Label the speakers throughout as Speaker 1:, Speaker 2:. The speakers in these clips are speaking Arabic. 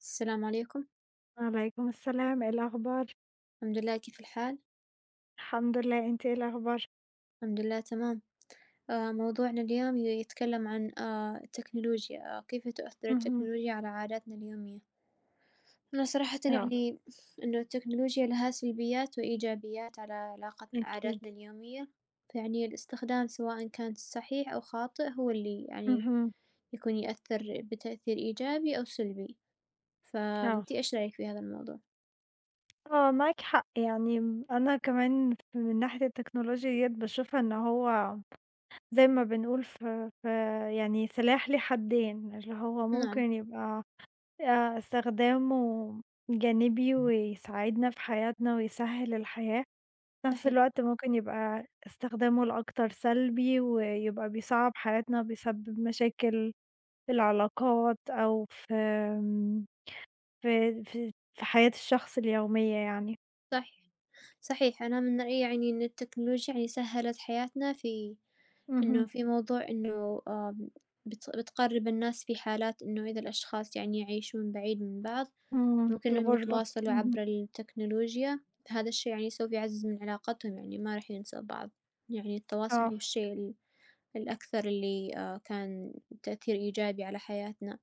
Speaker 1: السلام عليكم،
Speaker 2: وعليكم السلام، إيه الأخبار؟
Speaker 1: الحمد لله كيف الحال؟
Speaker 2: الحمد لله، أنتِ إيه الأخبار؟
Speaker 1: الحمد لله تمام، موضوعنا اليوم يتكلم عن التكنولوجيا، كيف تؤثر
Speaker 2: اهم،
Speaker 1: التكنولوجيا على عاداتنا اليومية؟ أنا صراحةً
Speaker 2: آه،
Speaker 1: يعني إنه التكنولوجيا لها سلبيات وإيجابيات على علاقتنا
Speaker 2: أكيد،
Speaker 1: عاداتنا اليومية، فيعني الاستخدام سواءً كان صحيح أو خاطئ هو اللي يعني
Speaker 2: اهم،
Speaker 1: يكون يأثر بتأثير إيجابي أو سلبي،
Speaker 2: آه،
Speaker 1: فأنتِ إيش رأيك في هذا الموضوع؟
Speaker 2: آه، معاكِ حق، يعني أنا كمان من ناحية التكنولوجيا ديّة باشوفها إن هو زي ما بنقول ف ف يعني سلاح له حدين، اللي هو
Speaker 1: نعم،
Speaker 2: ممكن يبقى استخدامه جانبي ويساعدنا في حياتنا ويسهّل الحياة، في نفس
Speaker 1: صحيح،
Speaker 2: الوقت ممكن يبقى استخدامه الأكتر سلبي ويبقى بيصعّب حياتنا وبيسبب مشاكل في العلاقات أو في في حياة الشخص اليومية يعني.
Speaker 1: صح. صحيح أنا من رأيي يعني إن التكنولوجيا يعني سهّلت حياتنا في إنه
Speaker 2: اهم،
Speaker 1: في موضوع إنه بتقرّب الناس في حالات إنه إذا الأشخاص يعني يعيشون بعيد من بعض،
Speaker 2: في
Speaker 1: ممكن إنهم
Speaker 2: الغُربة،
Speaker 1: يتواصلوا
Speaker 2: اهم،
Speaker 1: عبر التكنولوجيا، هذا الشي يعني سوف يعزّز من علاقتهم يعني ما راح ينسوا بعض، يعني التواصل
Speaker 2: آه،
Speaker 1: هو الشيء الأكثر اللي كان تأثير إيجابي على حياتنا،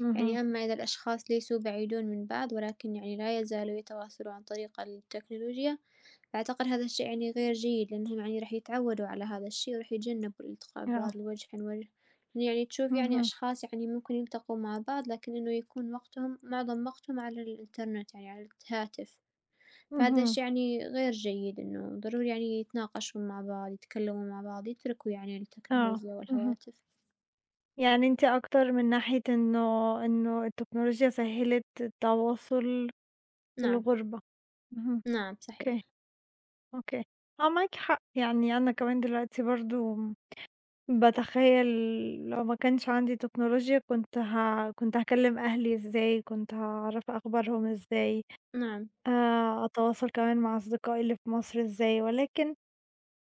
Speaker 2: اهم،
Speaker 1: يعني أما إذا الأشخاص ليسوا بعيدون من بعض ولكن يعني لا يزالوا يتواصلوا عن طريق التكنولوجيا فأعتقد هذا الشيء يعني غير جيد لأنهم يعني راح يتعودوا على هذا الشيء وراح يتجنبوا الالتقاء
Speaker 2: آه،
Speaker 1: ببعض الوجه عن وجه، لأن يعني تشوف يعني
Speaker 2: اهم،
Speaker 1: أشخاص يعني ممكن يلتقوا مع بعض لكن إنه يكون وقتهم معظم وقتهم على الإنترنت يعني على الهاتف، فهذا
Speaker 2: اهم،
Speaker 1: الشي يعني غير جيد إنه ضروري يعني يتناقشوا مع بعض، يتكلموا مع بعض، يتركوا يعني
Speaker 2: آه،
Speaker 1: التكنولوجيا
Speaker 2: اهم،
Speaker 1: والهواتف.
Speaker 2: يعني أنتِ أكتر من ناحية إنه التكنولوجيا سهّلت التواصل في
Speaker 1: نعم،
Speaker 2: الغُربة، اهم،
Speaker 1: نعم صحيح،
Speaker 2: أوكي، أوكي، آه، معاكِ حق، يعني أنا كمان دلوقتي برضه باتخيّل لو ما كانش عندي تكنولوجيا كنت هاكلّم أهلي إزاي، كنت هاعرف أخبارهم إزاي،
Speaker 1: نعم،
Speaker 2: أتواصل كمان مع أصدقائي اللي في مصر إزاي، ولكن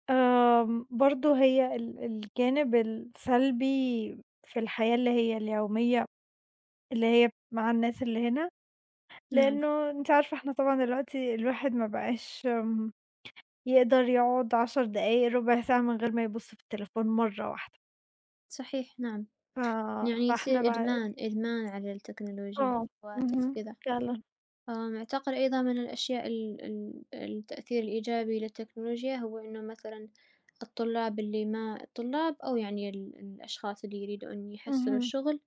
Speaker 2: برضه هي الجانب السلبي في الحياة اللي هي اليومية، اللي هي مع الناس اللي هنا،
Speaker 1: نعم،
Speaker 2: لإنه أنتِ عارفة إحنا طبعًا دلوقتي الواحد ما بقاش يقدر يقعد 10 دقايق، ربع ساعة من غير ما يبُص في التليفون مرّة واحدة،
Speaker 1: صحيح، نعم،
Speaker 2: ف
Speaker 1: يعني
Speaker 2: فإحنا
Speaker 1: يصير
Speaker 2: بقى
Speaker 1: إدمان، إدمان على التكنولوجيا،
Speaker 2: آه، اهم،
Speaker 1: الهواتف وكذا.
Speaker 2: فعلًا،
Speaker 1: أعتقد أيضًا من الأشياء ال ال التأثير الإيجابي للتكنولوجيا هو إنه مثلًا الطلاب اللي ما الطلاب أو يعني الأشخاص اللي يريدوا إن يحصلوا
Speaker 2: اهم،
Speaker 1: شغل،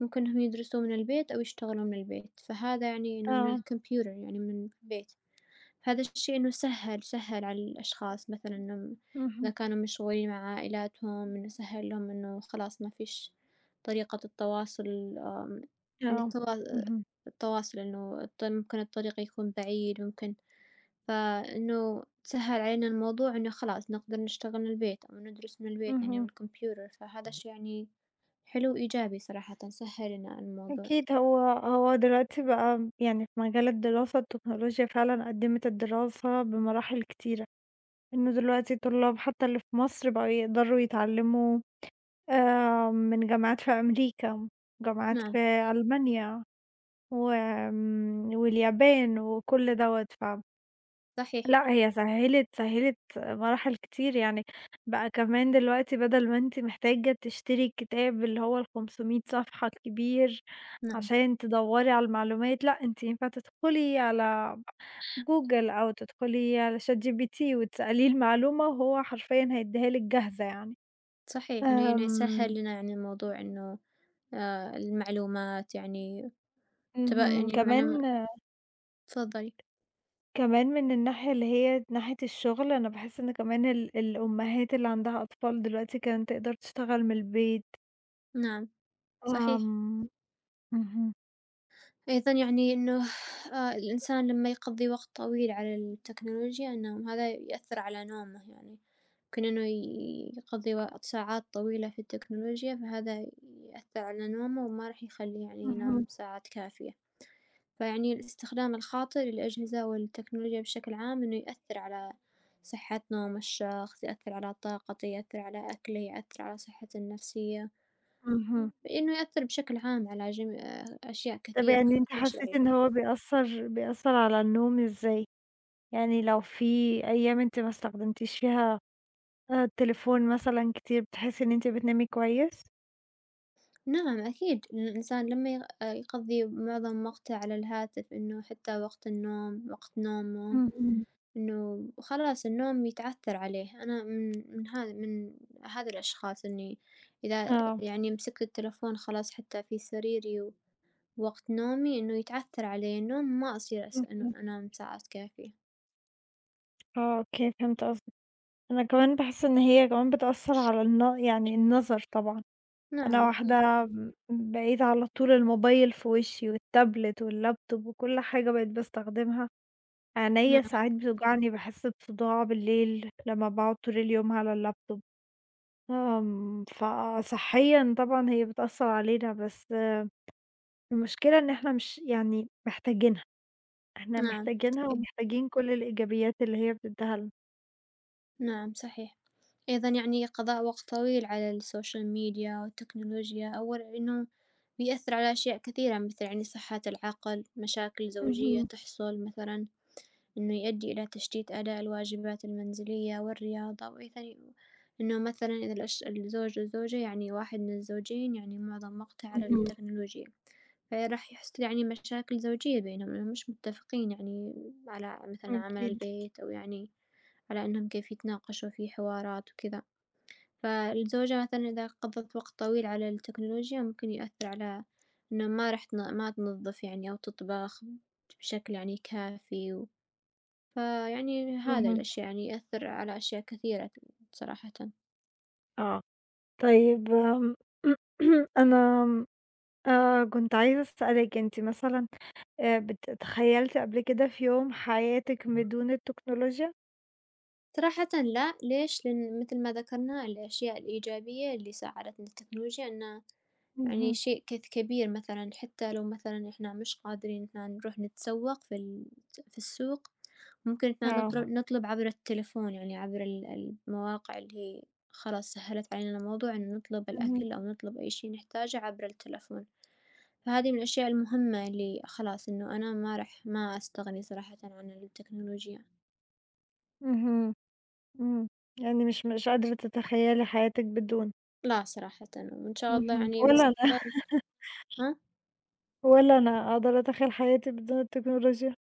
Speaker 1: ممكن إنهم يدرسوا من البيت أو يشتغلوا من البيت، فهذا يعني إنه من
Speaker 2: آه،
Speaker 1: الكمبيوتر يعني من البيت. هذا الشيء إنه سهّل على الأشخاص مثلًا إنهم إذا
Speaker 2: اهم،
Speaker 1: كانوا مشغولين مع عائلاتهم، إنه سهّل لهم إنه خلاص ما فيش طريقة التواصل آمم، يعني
Speaker 2: آه، اهم،
Speaker 1: التواصل إنه ممكن الطريق يكون بعيد، ممكن فإنه سهّل علينا الموضوع إنه خلاص نقدر نشتغل من البيت أو ندرس من البيت يعني من
Speaker 2: اهم،
Speaker 1: الكمبيوتر، فهذا شي يعني حلو وإيجابي صراحةً، سهّل لنا الموضوع.
Speaker 2: أكيد هو دلوقتي بقى يعني في مجال الدراسة التكنولوجيا فعلًا قدّمت الدراسة بمراحل كتيرة، إنه دلوقتي الطلاب حتى اللي في مصر بقوا يقدروا يتعلموا من جامعات في أمريكا، جامعات في
Speaker 1: نعم،
Speaker 2: ألمانيا، واليابان وكل دوّة
Speaker 1: صحيح،
Speaker 2: لأ هي سهّلِت مراحل كتير يعني، بقى كمان دلوقتي بدل ما أنتِ محتاجة تشتري الكتاب اللي هو ال500 صفحة الكبير
Speaker 1: نعم،
Speaker 2: عشان تدوّري على المعلومات، لأ أنتِ ينفع تدخلي على جوجل أو تدخلي على ChatGPT وتسأليه المعلومة وهو حرفيًا هيدّيها لِك جاهزة يعني.
Speaker 1: صحيح إنه يعني سهّل
Speaker 2: آمم،
Speaker 1: لنا يعني الموضوع إنه المعلومات يعني
Speaker 2: اهم،
Speaker 1: يعني
Speaker 2: كمان
Speaker 1: تفضّلي.
Speaker 2: كمان من الناحية اللي هي ناحية الشغل، أنا باحس إن كمان الأمهات اللي عندها أطفال دلوقتي كمان تقدر تشتغل من البيت.
Speaker 1: نعم، صحيح.
Speaker 2: آمم، اهم،
Speaker 1: أيضًا يعني إنه الإنسان لمّا يقضّي وقت طويل على التكنولوجيا إنه هذا يأثّر على نومه يعني. ممكن إنه يقضّي ساعات طويلة في التكنولوجيا، فهذا يأثّر على نومه وما راح يخلّيه يعني ينام
Speaker 2: اهم،
Speaker 1: ساعات كافية. فيعني الاستخدام الخاطئ للأجهزة والتكنولوجيا بشكل عام إنه يأثّر على صحة نوم الشخص، يأثّر على طاقته، يأثّر على أكله، يأثّر على صحته النفسية،
Speaker 2: اهم.
Speaker 1: إنه يأثّر بشكل عام على جميع أشياء
Speaker 2: طب
Speaker 1: كثيرة،
Speaker 2: يعني أنتِ
Speaker 1: إيش
Speaker 2: حسيتِ إن
Speaker 1: رأيك؟
Speaker 2: هو بيأثّر على النوم إزاي؟ يعني لو في أيام أنتِ ما استخدمتيش فيها التليفون مثلًا كتير، بتحسي إن أنتِ بتنامي كويس؟
Speaker 1: نعم أكيد، الإنسان لمّا يقضّي معظم وقته على الهاتف إنه حتى وقت النوم، وقت نومه
Speaker 2: اهم،
Speaker 1: إنه خلاص النوم يتعثّر عليه، أنا من هذا الأشخاص إني إذا
Speaker 2: آه،
Speaker 1: يعني مسكت التلفون خلاص حتى في سريري ووقت نومي إنه يتعثّر علي النوم، ما أصير إنه
Speaker 2: اهم،
Speaker 1: أنام ساعات كافية.
Speaker 2: آه، أوكي فهمت قصدِك. أنا كمان باحس إن هي كمان بتأثّر على يعني النَظَر طبعًا. أنا
Speaker 1: نعم أكيد،
Speaker 2: واحدة م بقيت على طول الموبايل في وشّي والتابلت والlaptop وكل حاجة بقيت باستخدمها عينيّا
Speaker 1: نعم،
Speaker 2: ساعات بتوجعني، باحس بصداع بالليل لمّا باقعد طول اليوم على اللابتوب، فصحيًا طبعًا هي بتأثّر علينا، بس المشكلة إن إحنا مش يعني محتاجينها، إحنا
Speaker 1: نعم،
Speaker 2: محتاجينها ومحتاجين كل الإيجابيات اللي هي بتدّيها لنا.
Speaker 1: نعم صحيح. أيضًا يعني قضاء وقت طويل على الSocial media والتكنولوجيا أول إنه بيأثّر على أشياء كثيرة مثل يعني صحة العقل، مشاكل زوجية
Speaker 2: اهم،
Speaker 1: تحصل مثلًا. إنه يؤدي إلى تشتيت أداء الواجبات المنزلية والرياضة، وإيضًا إنه مثلًا إذا الزوج والزوجة يعني واحد من الزوجين يعني معظم وقته على
Speaker 2: اهم.
Speaker 1: التكنولوجيا، فراح يحصل يعني مشاكل زوجية بينهم إنهم مش متفقين يعني على مثلًا عمل
Speaker 2: أكيد.
Speaker 1: البيت أو يعني على إنهم كيف يتناقشوا في حوارات وكذا، فالزوجة مثلًا إذا قضت وقت طويل على التكنولوجيا ممكن يؤثر على إنه ما راح تن ما تنظف يعني أو تطبخ بشكل يعني كافي. فيعني هذا
Speaker 2: اهم.
Speaker 1: الأشي يعني يأثر على أشياء كثيرة صراحةً.
Speaker 2: آه، طيب أنا كنت عايزة أسألِك أنتِ مثلًا تخيّلتِ قبل كده في يوم حياتِك بدون التكنولوجيا؟
Speaker 1: صراحةً لأ، ليش؟ لإن مثل ما ذكرنا الأشياء الإيجابية اللي ساعدتنا التكنولوجيا إنه يعني
Speaker 2: اهم،
Speaker 1: شيء كبير مثلًا حتى لو مثلًا إحنا مش قادرين إحنا نروح نتسوق في في السوق، ممكن إحنا
Speaker 2: آه.
Speaker 1: نطر آه. نطلب عبر التلفون يعني عبر المواقع اللي هي خلاص سهّلت علينا الموضوع إنه نطلب
Speaker 2: اهم،
Speaker 1: الأكل أو نطلب أي شي نحتاجه عبر التلفون. فهذه من الأشياء المهمة اللي خلاص إنه أنا ما راح ما أستغني صراحةً عن التكنولوجيا،
Speaker 2: اهم، إمم، يعني مش قادرة تتخيلي حياتِك بدون،
Speaker 1: لا صراحةً، وإن شاء الله
Speaker 2: اهم.
Speaker 1: يعني
Speaker 2: ولا أنا
Speaker 1: بالمستقبل ها؟
Speaker 2: ولا أنا أقدر أتخيل حياتي بدون التكنولوجيا.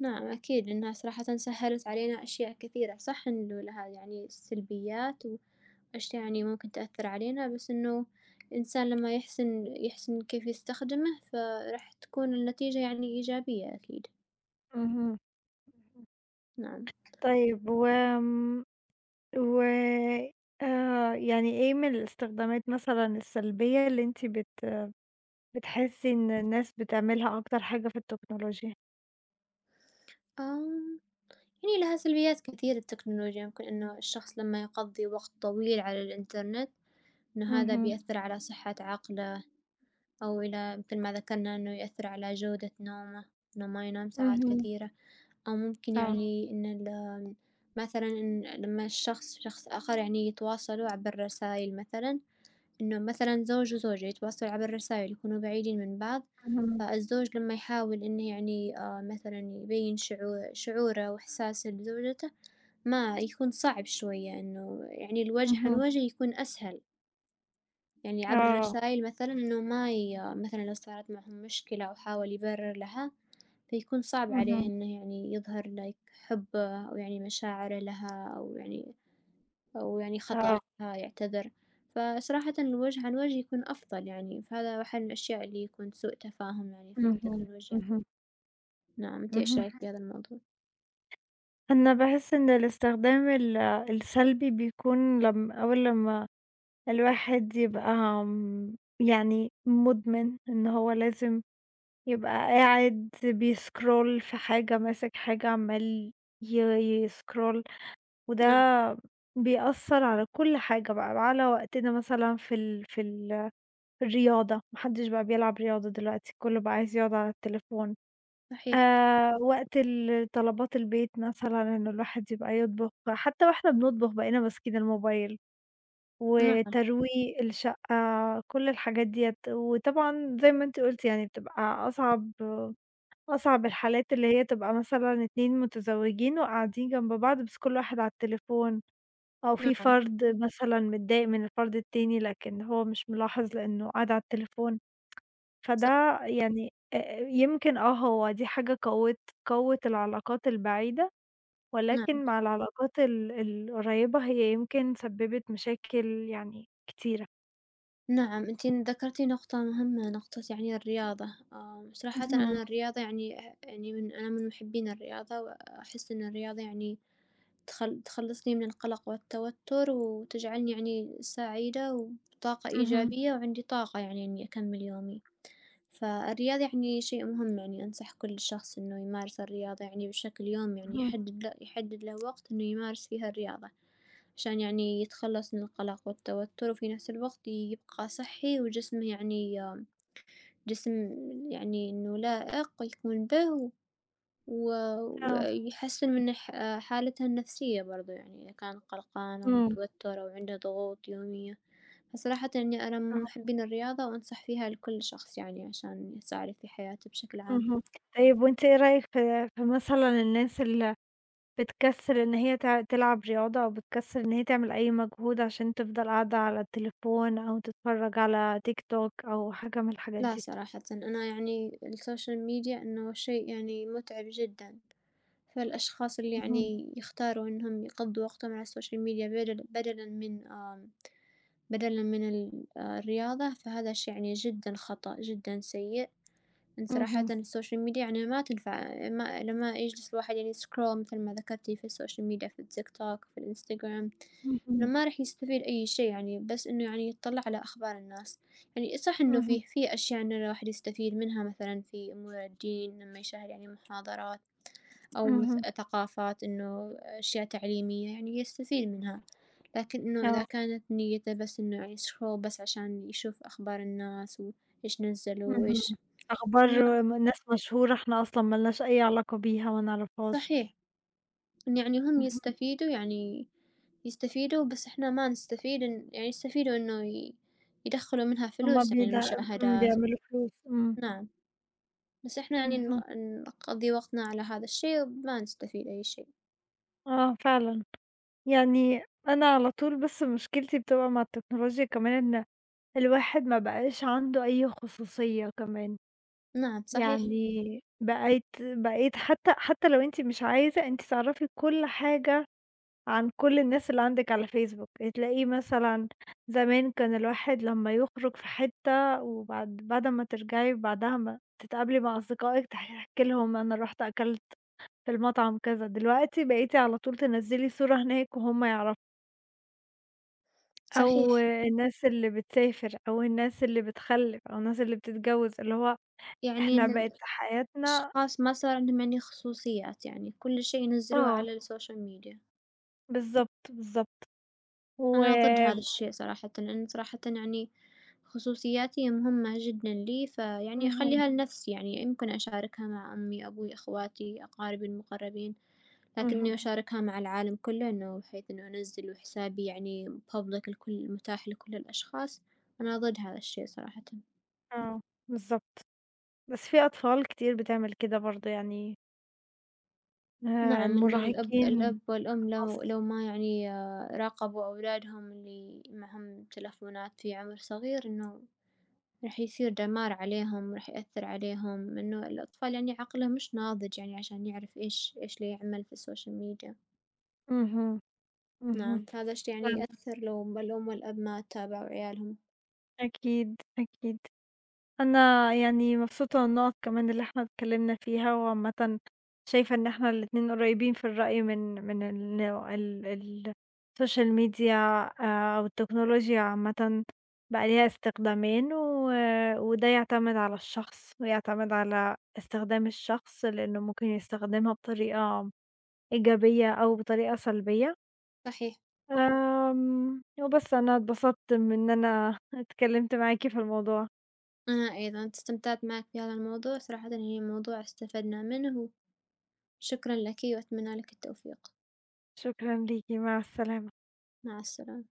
Speaker 1: نعم أكيد لأنها صراحةً سهّلت علينا أشياء كثيرة، صح إنه لها يعني سلبيات وأشياء يعني ممكن تأثّر علينا، بس إنه الإنسان لمّا يحسن كيف يستخدمه، فراح تكون النتيجة يعني إيجابية أكيد،
Speaker 2: اهم، اهم.
Speaker 1: نعم.
Speaker 2: طيب وآمم و يعني إيه من الاستخدامات مثلًا السلبية اللي أنتِ بتحسي إن الناس بتعملها أكتر حاجة في التكنولوجيا؟
Speaker 1: آمم، يعني لها سلبيات كثير التكنولوجيا، يمكن إنه الشخص لمّا يقضّي وقت طويل على الإنترنت إنه هذا
Speaker 2: اهم،
Speaker 1: بيأثر على صحة عقله أو إلى مثل ما ذكرنا إنه يأثر على جودة نومه إنه ما ينام ساعات
Speaker 2: اهم،
Speaker 1: كثيرة أو ممكن
Speaker 2: آه.
Speaker 1: يعني إن مثلًا إن لما الشخص آخر يعني يتواصلوا عبر الرسايل مثلًا، إنه مثلًا زوج وزوجة يتواصلوا عبر الرسايل يكونوا بعيدين من بعض،
Speaker 2: اهم،
Speaker 1: فالزوج لما يحاول إنه يعني مثلًا يبين شعوره وإحساسه لزوجته، ما يكون صعب شوية إنه يعني الوجه عن
Speaker 2: اهم،
Speaker 1: وجه يكون أسهل. يعني عبر
Speaker 2: آه.
Speaker 1: الرسايل مثلًا إنه ما ي مثلًا لو صارت معهم مشكلة أو حاول يبرر لها، فيكون صعب عليه
Speaker 2: اهم،
Speaker 1: إنه يعني يظهر like حبه أو يعني مشاعره لها أو يعني
Speaker 2: آه.
Speaker 1: خطأ لها يعتذر، فصراحةً الوجه عن وجه يكون أفضل يعني، فهذا واحد من الأشياء اللي يكون سوء تفاهم يعني في
Speaker 2: اهم،
Speaker 1: التكنولوجيا.
Speaker 2: اهم،
Speaker 1: نعم، أنتِ إيش
Speaker 2: اهم.
Speaker 1: رأيك في هذا الموضوع؟
Speaker 2: أنا باحس إن الاستخدام السلبي بيكون لم أول لمّا الواحد يبقى يعني مُدمن إن هو لازم يبقى قاعد بيسكرول في حاجة، ماسك حاجة، عمّال ي يسكرول وده
Speaker 1: نعم،
Speaker 2: بيأثّر على كل حاجة بقى، على وقتنا مثلًا في الرياضة، ما حدش بقى بيلعب رياضة دلوقتي، كُلّه بقى عايز يقعد على التليفون.
Speaker 1: صحيح،
Speaker 2: وقت طلبات البيت مثلًا إن الواحد يبقى يطبخ، حتى وإحنا بنطبخ بقينا ماسكين الموبايل،
Speaker 1: نعم،
Speaker 2: وترويق الشقة، كل الحاجات ديّة، وطبعًا زي ما أنتِ قُلتِ يعني بتبقى أصعب الحالات اللي هي تبقى مثلًا 2 متزوجين وقاعدين جنب بعض بس كل واحد على التليفون، أو في
Speaker 1: نعم،
Speaker 2: فرد مثلًا متضايق من الفرد التاني لكن هو مش ملاحظ لإنه قاعد على التليفون.
Speaker 1: صح،
Speaker 2: فده يعني يمكن هو دي حاجة قوّت العلاقات البعيدة، ولكن
Speaker 1: نعم.
Speaker 2: مع العلاقات القريّبة هي يمكن سبّبت مشاكل يعني كتيرة.
Speaker 1: نعم، أنتِ ذكرتِ نقطة مهمة، نقطة يعني الرياضة. صراحةً
Speaker 2: اهم،
Speaker 1: أنا الرياضة يعني يعني أنا من محبين الرياضة، وأحس إن الرياضة يعني تخلّصني من القلق والتوتر، وتجعلني يعني سعيدة وبطاقة
Speaker 2: اهم،
Speaker 1: إيجابية، وعندي طاقة يعني إني أكمّل يومي. فالرياضة يعني شيء مهم يعني أنصح كل شخص إنه يمارس الرياضة يعني بشكل يومي يعني
Speaker 2: اهم.
Speaker 1: يحدد له وقت إنه يمارس فيها الرياضة، عشان يعني يتخلص من القلق والتوتر وفي نفس الوقت يبقى صحي وجسمه يعني جسم يعني إنه لائق يكون به و
Speaker 2: آه،
Speaker 1: ويحسّن من حالتها النفسية برضه يعني إذا كان قلقان أو
Speaker 2: إمم،
Speaker 1: متوتّر أو عنده ضغوط يومية، فصراحةً إني أنا من
Speaker 2: أها.
Speaker 1: محبين الرياضة وأنصح فيها لكل شخص يعني عشان يساعد في حياته بشكل عام.
Speaker 2: اهم. طيب وأنتِ إيه رأيِك في مثلًا الناس اللي بتكسّل إن هي تلعب رياضة أو بتكسّل إن هي تعمل أي مجهود عشان تفضل قاعدة على التليفون أو تتفرّج على تيك توك أو حاجة من الحاجات
Speaker 1: لا
Speaker 2: دي؟
Speaker 1: صراحةً أنا يعني السوشيال ميديا إنه شيء يعني مُتعب جدًا، فالأشخاص اللي
Speaker 2: اهم،
Speaker 1: يعني يختاروا إنهم يقضّوا وقتهم على السوشيال ميديا بدلًا من بدلًا من ال آه، الرياضة، فهذا شيء يعني جدًا خطأ، جدًا سيء. إن صراحةً
Speaker 2: اهم،
Speaker 1: السوشيال ميديا يعني ما تنفع ما لما يجلس الواحد يعني يسكرول مثل ما ذكرتِ في السوشيال ميديا، في التيك توك، في الإنستغرام، إنه
Speaker 2: اهم.
Speaker 1: ما راح يستفيد أي شي يعني، بس إنه يعني يطّلع على أخبار الناس، يعني صح إنه
Speaker 2: اهم،
Speaker 1: في أشياء إنه الواحد يستفيد منها مثلًا في أمور الدين لما يشاهد يعني محاضرات أو
Speaker 2: اهم،
Speaker 1: ثقافات إنه أشياء تعليمية يعني يستفيد منها، لكن إنه
Speaker 2: آه.
Speaker 1: إذا كانت نيته بس إنه يعني سكرول بس عشان يشوف أخبار الناس وإيش نزّلوا
Speaker 2: اهم،
Speaker 1: وإيش ما
Speaker 2: أخبار ناس مشهورة إحنا أصلًا ما لناش أي علاقة بيها ما نعرفهاش.
Speaker 1: صحيح، إن يعني هم
Speaker 2: اهم،
Speaker 1: يستفيدوا بس إحنا ما نستفيد إن يعني يستفيدوا إنه يدخّلوا منها
Speaker 2: هُم
Speaker 1: فلوس يعني
Speaker 2: بيد إمم،
Speaker 1: المشاهدات
Speaker 2: بيعملوا فلوس،
Speaker 1: نعم، بس إحنا يعني ن
Speaker 2: اهم،
Speaker 1: نقضّي وقتنا على هذا الشيء وما نستفيد أي شيء.
Speaker 2: آه فعلًا، يعني أنا على طول بس مشكلتي بتبقى مع التكنولوجيا كمان إن الواحد ما بقاش عنده أي خصوصية كمان،
Speaker 1: نعم صحيح،
Speaker 2: يعني بقيت حتى لو أنتِ مش عايزة أنتِ تعرفي كل حاجة عن كل الناس اللي عندِك على فيسبوك، هتلاقيه مثلًا زمان كان الواحد لمّا يخرج في حتة وبعد أمّا ترجعي بعدها ما تتقابلي مع أصدقائِك تحكي لهم أنا رُحت أكلت في المطعم كذا، دلوقتي بقيتِ على طول تنزّلي صورة هناك وهُم يعرفوا، أو
Speaker 1: صحيح،
Speaker 2: الناس اللي بتسافر، أو الناس اللي بتخلِّف، أو الناس اللي بتتجوّز، اللي هو
Speaker 1: يعني
Speaker 2: إحنا
Speaker 1: إن
Speaker 2: بقت حياتنا
Speaker 1: الأشخاص ما صار عندهم يعني خصوصيات يعني كل شيء ينزّلوه
Speaker 2: آه،
Speaker 1: على السوشيال ميديا.
Speaker 2: بالضبط، بالضبط، و
Speaker 1: أنا ضد هذا الشيء صراحةً، لإن صراحةً يعني خصوصياتي مهمة جدًا لي، فيعني
Speaker 2: اهم،
Speaker 1: أخلّيها لنفسي، يعني يمكن أشاركها مع أمي، أبوي، أخواتي، أقاربي المقربين، لكن إني
Speaker 2: اهم،
Speaker 1: أشاركها مع العالم كلّه إنه بحيث إنه أنزّل وحسابي يعني public الكل متاح لكل الأشخاص، أنا ضد هذا الشيء صراحةً.
Speaker 2: آه، بالضبط. بس في أطفال كتير بتعمل كده برضه يعني
Speaker 1: نعم إن الأب
Speaker 2: المراهقين
Speaker 1: الأب والأم
Speaker 2: خلاص.
Speaker 1: لو ما يعني راقبوا أولادهم اللي معاهم تلفونات في عمر صغير إنه راح يصير دمار عليهم، راح يأثّر عليهم، إنه الأطفال يعني عقله مش ناضج يعني عشان يعرف إيش اللي يعمل في السوشيال ميديا،
Speaker 2: اهم، اهم،
Speaker 1: نعم، فهذا الشي يعني
Speaker 2: فعلًا
Speaker 1: يأثّر لو الأم والأب ما تابعوا عيالهم،
Speaker 2: أكيد، أكيد. أنا يعني مبسوطة من النقط كمان اللي إحنا اتكلمنا فيها، وعامةً شايفة إن إحنا الاتنين قريبين في الرأي من ال ال ال السوشيال ميديا أو التكنولوجيا عامةً بقى ليها استخدامين، وده يعتمد على الشخص، ويعتمد على استخدام الشخص، لأنه ممكن يستخدمها بطريقة إيجابية أو بطريقة سلبية،
Speaker 1: صحيح،
Speaker 2: وبس أنا اتبسطت من إن أنا اتكلمت معاكِ في الموضوع،
Speaker 1: أنا أيضًا استمتعت معك في هذا الموضوع، صراحةً يعني موضوع استفدنا منه، شكرًا لك وأتمنى لك التوفيق،
Speaker 2: شكرًا ليكِ، مع السلامة.
Speaker 1: مع السلامة.